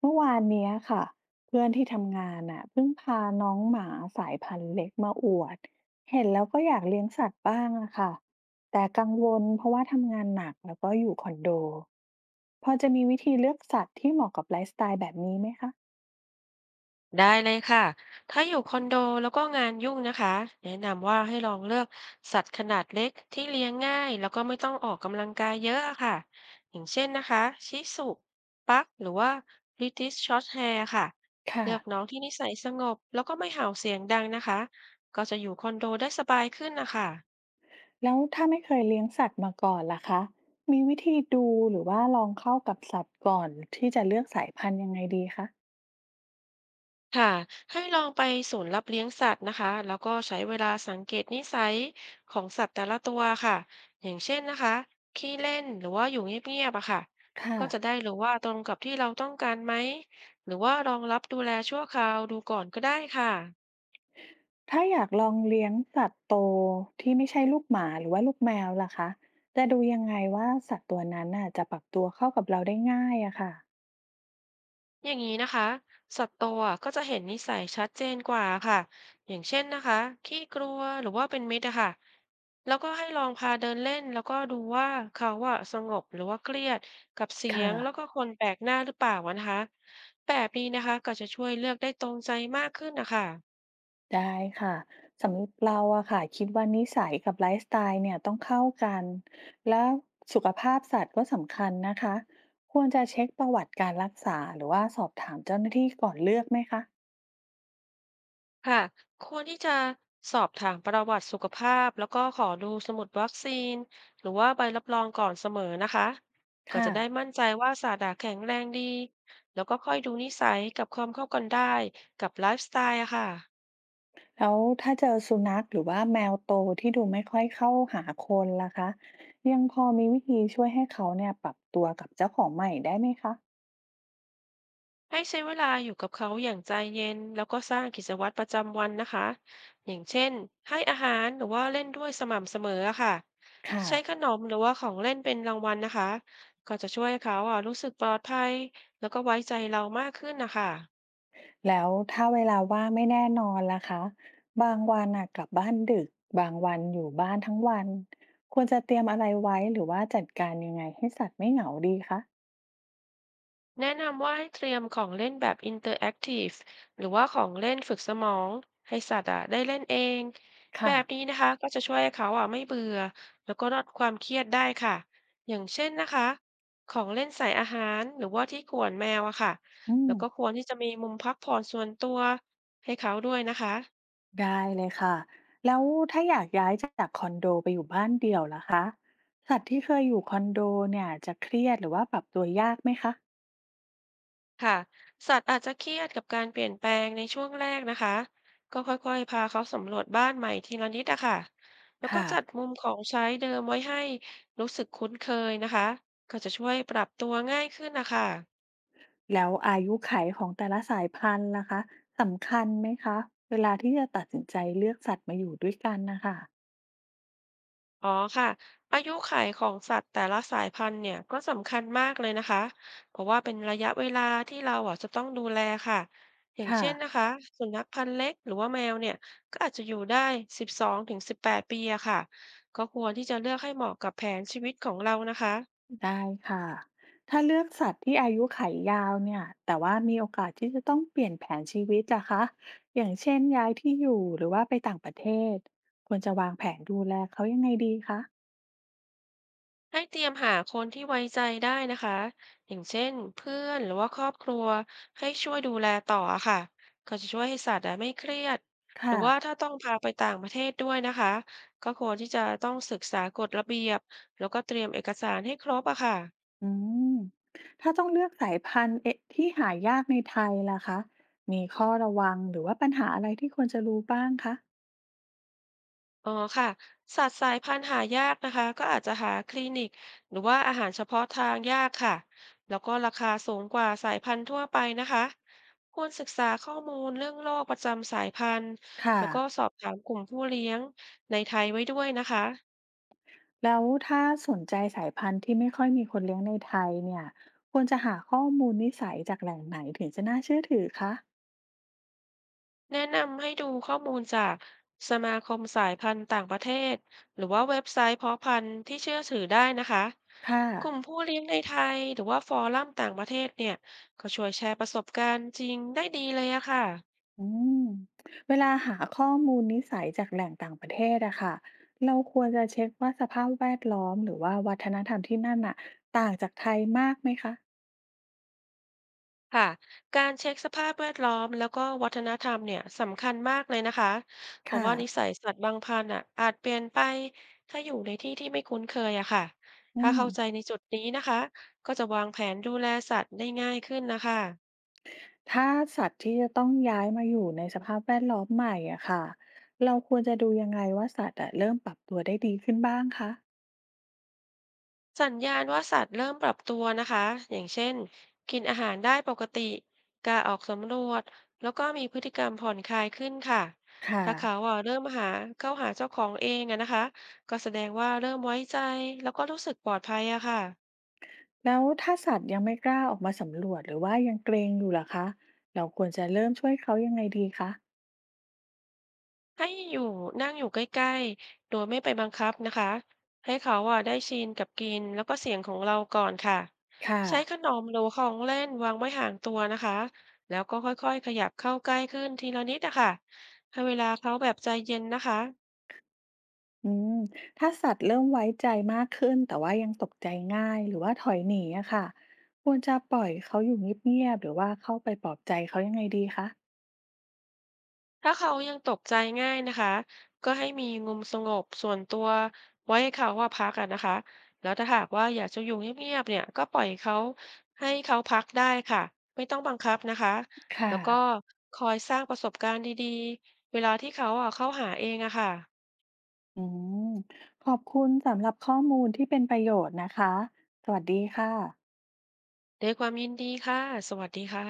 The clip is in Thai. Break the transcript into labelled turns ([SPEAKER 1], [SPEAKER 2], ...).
[SPEAKER 1] เมื่อวานเนี้ยค่ะเพื่อนที่ทำงานน่ะเพิ่งพาน้องหมาสายพันธุ์เล็กมาอวดเห็นแล้วก็อยากเลี้ยงสัตว์บ้างอะค่ะแต่กังวลเพราะว่าทำงานหนักแล้วก็อยู่คอนโดพอจะมีวิธีเลือกสัตว์ที่เหมาะกับไลฟ์สไตล์แบบนี้ไหมคะ
[SPEAKER 2] ได้เลยค่ะ ถ้าอยู่คอนโดแล้วก็งานยุ่งนะคะแนะนำว่าให้ลองเลือกสัตว์ขนาดเล็กที่เลี้ยงง่ายแล้วก็ไม่ต้องออกกำลังกายเยอะอะค่ะอย่างเช่นนะคะชิสุปักหรือว่า British Shorthair ค่ะ
[SPEAKER 1] ค่ะ
[SPEAKER 2] เลือกน้องที่นิสัยสงบแล้วก็ไม่เห่าเสียงดังนะคะก็จะอยู่คอนโดได้สบายขึ้นนะคะ
[SPEAKER 1] แล้วถ้าไม่เคยเลี้ยงสัตว์มาก่อนล่ะคะมีวิธีดูหรือว่าลองเข้ากับสัตว์ก่อนที่จะเลือกสายพันธุ์ยังไงดีคะ
[SPEAKER 2] ค่ะให้ลองไปศูนย์รับเลี้ยงสัตว์นะคะแล้วก็ใช้เวลาสังเกตนิสัยของสัตว์แต่ละตัวค่ะอย่างเช่นนะคะขี้เล่นหรือว่าอยู่เงียบๆอะค่ะ
[SPEAKER 1] ค่ะ
[SPEAKER 2] ก็จะได้รู้ว่าตรงกับที่เราต้องการไหมหรือว่าลองรับดูแลชั่วคราวดูก่อนก็ได้ค่ะ
[SPEAKER 1] ถ้าอยากลองเลี้ยงสัตว์โตที่ไม่ใช่ลูกหมาหรือว่าลูกแมวล่ะคะจะดูยังไงว่าสัตว์ตัวนั้นน่ะจะปรับตัวเข้ากับเราได้ง่ายอะค่ะ
[SPEAKER 2] อย่างนี้นะคะสัตว์โตอะก็จะเห็นนิสัยชัดเจนกว่าค่ะอย่างเช่นนะคะขี้กลัวหรือว่าเป็นมิตรอะค่ะแล้วก็ให้ลองพาเดินเล่นแล้วก็ดูว่าเขาอะสงบหรือว่าเครียดกับเสีย
[SPEAKER 1] ค่ะ
[SPEAKER 2] งแล้วก็คนแปลกหน้าหรือเปล่าอะนะคะแบบนี้นะคะก็จะช่วยเลือกได้ตรงใจมากขึ้นนะคะ
[SPEAKER 1] ได้ค่ะสำหรับเราอะค่ะคิดว่านิสัยกับไลฟ์สไตล์เนี่ยต้องเข้ากันแล้วสุขภาพสัตว์ก็สำคัญนะคะควรจะเช็คประวัติการรักษาหรือว่าสอบถามเจ้าหน้าที่ก่อนเลือกไหมคะ
[SPEAKER 2] ค่ะควรที่จะสอบถามประวัติสุขภาพแล้วก็ขอดูสมุดวัคซีนหรือว่าใบรับรองก่อนเสมอนะคะก็
[SPEAKER 1] ค่ะ
[SPEAKER 2] จะได้มั่นใจว่าสัตว์อะแข็งแรงดีแล้วก็ค่อยดูนิสัยกับความเข้ากันได้กับไลฟ์สไตล์อะค่ะ
[SPEAKER 1] แล้วถ้าเจอสุนัขหรือว่าแมวโตที่ดูไม่ค่อยเข้าหาคนล่ะคะยังพอมีวิธีช่วยให้เขาเนี่ยปรับตัวกับเจ้าของใหม่ได้ไหมคะ
[SPEAKER 2] ให้ใช้เวลาอยู่กับเขาอย่างใจเย็นแล้วก็สร้างกิจวัตรประจำวันนะคะอย่างเช่นให้อาหารหรือว่าเล่นด้วยสม่ำเสมออะค่ะ
[SPEAKER 1] ค่ะ
[SPEAKER 2] ใช้ขนมหรือว่าของเล่นเป็นรางวัลนะคะก็จะช่วยให้เขาอ่ะรู้สึกปลอดภัยแล้วก็ไว้ใจเรามากขึ้นนะคะ
[SPEAKER 1] แล้วถ้าเวลาว่างไม่แน่นอนล่ะคะบางวันน่ะกลับบ้านดึกบางวันอยู่บ้านทั้งวันควรจะเตรียมอะไรไว้หรือว่าจัดการยังไงให้สัตว์ไม่เหงาดีคะ
[SPEAKER 2] แนะนำว่าให้เตรียมของเล่นแบบอินเตอร์แอคทีฟหรือว่าของเล่นฝึกสมองให้สัตว์อะได้เล่นเองแบ
[SPEAKER 1] ค่ะ
[SPEAKER 2] บนี้นะคะก็จะช่วยให้เขาอะไม่เบื่อแล้วก็ลดความเครียดได้ค่ะอย่างเช่นนะคะของเล่นใส่อาหารหรือว่าที่ขวนแมวอะค่ะ
[SPEAKER 1] อื
[SPEAKER 2] แล้
[SPEAKER 1] ม
[SPEAKER 2] วก็ควรที่จะมีมุมพักผ่อนส่วนตัวให้เขาด้วยนะคะ
[SPEAKER 1] ได้เลยค่ะแล้วถ้าอยากย้ายจากคอนโดไปอยู่บ้านเดี่ยวล่ะคะสัตว์ที่เคยอยู่คอนโดเนี่ยจะเครียดหรือว่าปรับตัวยากไหมคะ
[SPEAKER 2] ค่ะสัตว์อาจจะเครียดกับการเปลี่ยนแปลงในช่วงแรกนะคะก็ค่อยๆพาเขาสำรวจบ้านใหม่ทีละนิดอะค่ะแล้วก็
[SPEAKER 1] ค่ะ
[SPEAKER 2] จัดมุมของใช้เดิมไว้ให้รู้สึกคุ้นเคยนะคะก็จะช่วยปรับตัวง่ายขึ้นนะคะ
[SPEAKER 1] แล้วอายุขัยของแต่ละสายพันธุ์ล่ะคะสำคัญไหมคะเวลาที่จะตัดสินใจเลือกสัตว์มาอยู่ด้วยกันนะคะ
[SPEAKER 2] อ๋อค่ะอายุขัยของสัตว์แต่ละสายพันธุ์เนี่ยก็สำคัญมากเลยนะคะเพราะว่าเป็นระยะเวลาที่เราอ่ะจะต้องดูแลค่ะอย่าง
[SPEAKER 1] ค่ะ
[SPEAKER 2] เช่นนะคะสุนัขพันธุ์เล็กหรือว่าแมวเนี่ยก็อาจจะอยู่ได้12 ถึง 18 ปีอะค่ะก็ควรที่จะเลือกให้เหมาะกับแผนชีวิตของเรานะคะ
[SPEAKER 1] ได้ค่ะ ถ้าเลือกสัตว์ที่อายุขัยยาวเนี่ยแต่ว่ามีโอกาสที่จะต้องเปลี่ยนแผนชีวิตล่ะคะอย่างเช่นย้ายที่อยู่หรือว่าไปต่างประเทศ ควรจะวางแผนดูแลเขายังไงดีคะ
[SPEAKER 2] ให้เตรียมหาคนที่ไว้ใจได้นะคะอย่างเช่นเพื่อนหรือว่าครอบครัวให้ช่วยดูแลต่อค่ะก็จะช่วยให้สัตว์อะไม่เครียดหรื
[SPEAKER 1] ค่ะ
[SPEAKER 2] อว่าถ้าต้องพาไปต่างประเทศด้วยนะคะก็ควรที่จะต้องศึกษากฎระเบียบแล้วก็เตรียมเอกสารให้ครบอะค่ะ
[SPEAKER 1] อืม ถ้าต้องเลือกสายพันธุ์เอะที่หายากในไทยล่ะคะมีข้อระวังหรือว่าปัญหาอะไรที่ควรจะรู้บ้างคะ
[SPEAKER 2] อ๋อค่ะสัตว์สายพันธุ์หายากนะคะก็อาจจะหาคลินิกหรือว่าอาหารเฉพาะทางยากค่ะแล้วก็ราคาสูงกว่าสายพันธุ์ทั่วไปนะคะควรศึกษาข้อมูลเรื่องโรคประจำสายพันธุ์
[SPEAKER 1] ค่ะ
[SPEAKER 2] แล้วก็สอบถามกลุ่มผู้เลี้ยงในไทยไว้ด้วยนะคะ
[SPEAKER 1] แล้วถ้าสนใจสายพันธุ์ที่ไม่ค่อยมีคนเลี้ยงในไทยเนี่ยควรจะหาข้อมูลนิสัยจากแหล่งไหนถึงจะน่าเชื่อถือคะ
[SPEAKER 2] แนะนำให้ดูข้อมูลจากสมาคมสายพันธุ์ต่างประเทศหรือว่าเว็บไซต์เพาะพันธุ์ที่เชื่อถือได้นะคะ
[SPEAKER 1] ค่ะ
[SPEAKER 2] กลุ่มผู้เลี้ยงในไทยหรือว่าฟอรัมต่างประเทศเนี่ยก็ช่วยแชร์ประสบการณ์จริงได้ดีเลยอะค่ะ
[SPEAKER 1] อืมเวลาหาข้อมูลนิสัยจากแหล่งต่างประเทศอะค่ะเราควรจะเช็คว่าสภาพแวดล้อมหรือว่าวัฒนธรรมที่นั่นอะต่างจากไทยมากไหมคะ
[SPEAKER 2] ค่ะการเช็คสภาพแวดล้อมแล้วก็วัฒนธรรมเนี่ยสำคัญมากเลยนะคะเพราะ
[SPEAKER 1] ค่ะ
[SPEAKER 2] ว่านิสัยสัตว์บางพันธุ์อ่ะอาจเปลี่ยนไปถ้าอยู่ในที่ที่ไม่คุ้นเคยอะค่ะ
[SPEAKER 1] อื
[SPEAKER 2] ถ้า
[SPEAKER 1] ม
[SPEAKER 2] เข้าใจในจุดนี้นะคะก็จะวางแผนดูแลสัตว์ได้ง่ายขึ้นนะคะ
[SPEAKER 1] ถ้าสัตว์ที่จะต้องย้ายมาอยู่ในสภาพแวดล้อมใหม่อะค่ะเราควรจะดูยังไงว่าสัตว์อะเริ่มปรับตัวได้ดีขึ้นบ้างคะ
[SPEAKER 2] สัญญาณว่าสัตว์เริ่มปรับตัวนะคะ อย่างเช่น กินอาหารได้ปกติกล้าออกสำรวจ แล้วก็มีพฤติกรรมผ่อนคลายขึ้นค่ะ
[SPEAKER 1] ค่ะ
[SPEAKER 2] ถ้าเขาอ่ะเริ่มหา เข้าหาเจ้าของเองอะนะคะ ก็แสดงว่าเริ่มไว้ใจ แล้วก็รู้สึกปลอดภัยอะค่ะ
[SPEAKER 1] แล้วถ้าสัตว์ยังไม่กล้าออกมาสำรวจหรือว่ายังเกรงอยู่ล่ะคะเราควรจะเริ่มช่วยเขายังไงดีคะ
[SPEAKER 2] ให้นั่งอยู่ใกล้ๆโดยไม่ไปบังคับนะคะ ให้เขาอ่ะได้ชินกับกลิ่นแล้วก็เสียงของเราก่อนค่ะ
[SPEAKER 1] ค่ะ
[SPEAKER 2] ใช้ขนมหรือของเล่นวางไว้ห่างตัวนะคะ แล้วก็ค่อยๆขยับเข้าใกล้ขึ้นทีละนิดนะค่ะให้เวลาเขาแบบใจเย็นนะคะ
[SPEAKER 1] อืมถ้าสัตว์เริ่มไว้ใจมากขึ้นแต่ว่ายังตกใจง่ายหรือว่าถอยหนีอะค่ะควรจะปล่อยเขาอยู่เงียบๆหรือว่าเข้าไปปลอบใจเขายังไงดีคะ
[SPEAKER 2] ถ้าเขายังตกใจง่ายนะคะก็ให้มีมุมสงบส่วนตัวไว้ให้เขาว่าพักอะนะคะแล้วถ้าหากว่าอยากจะอยู่เงียบๆเนี่ยก็ปล่อยเขาให้เขาพักได้ค่ะไม่ต้องบังคับนะคะแล้
[SPEAKER 1] ค่ะ
[SPEAKER 2] วก็คอยสร้างประสบการณ์ดีๆเวลาที่เขาอะเข้าหาเองอะค่ะ
[SPEAKER 1] อืมขอบคุณสำหรับข้อมูลที่เป็นประโยชน์นะคะสวัสดีค่ะ
[SPEAKER 2] ด้วยความยินดีค่ะสวัสดีค่ะ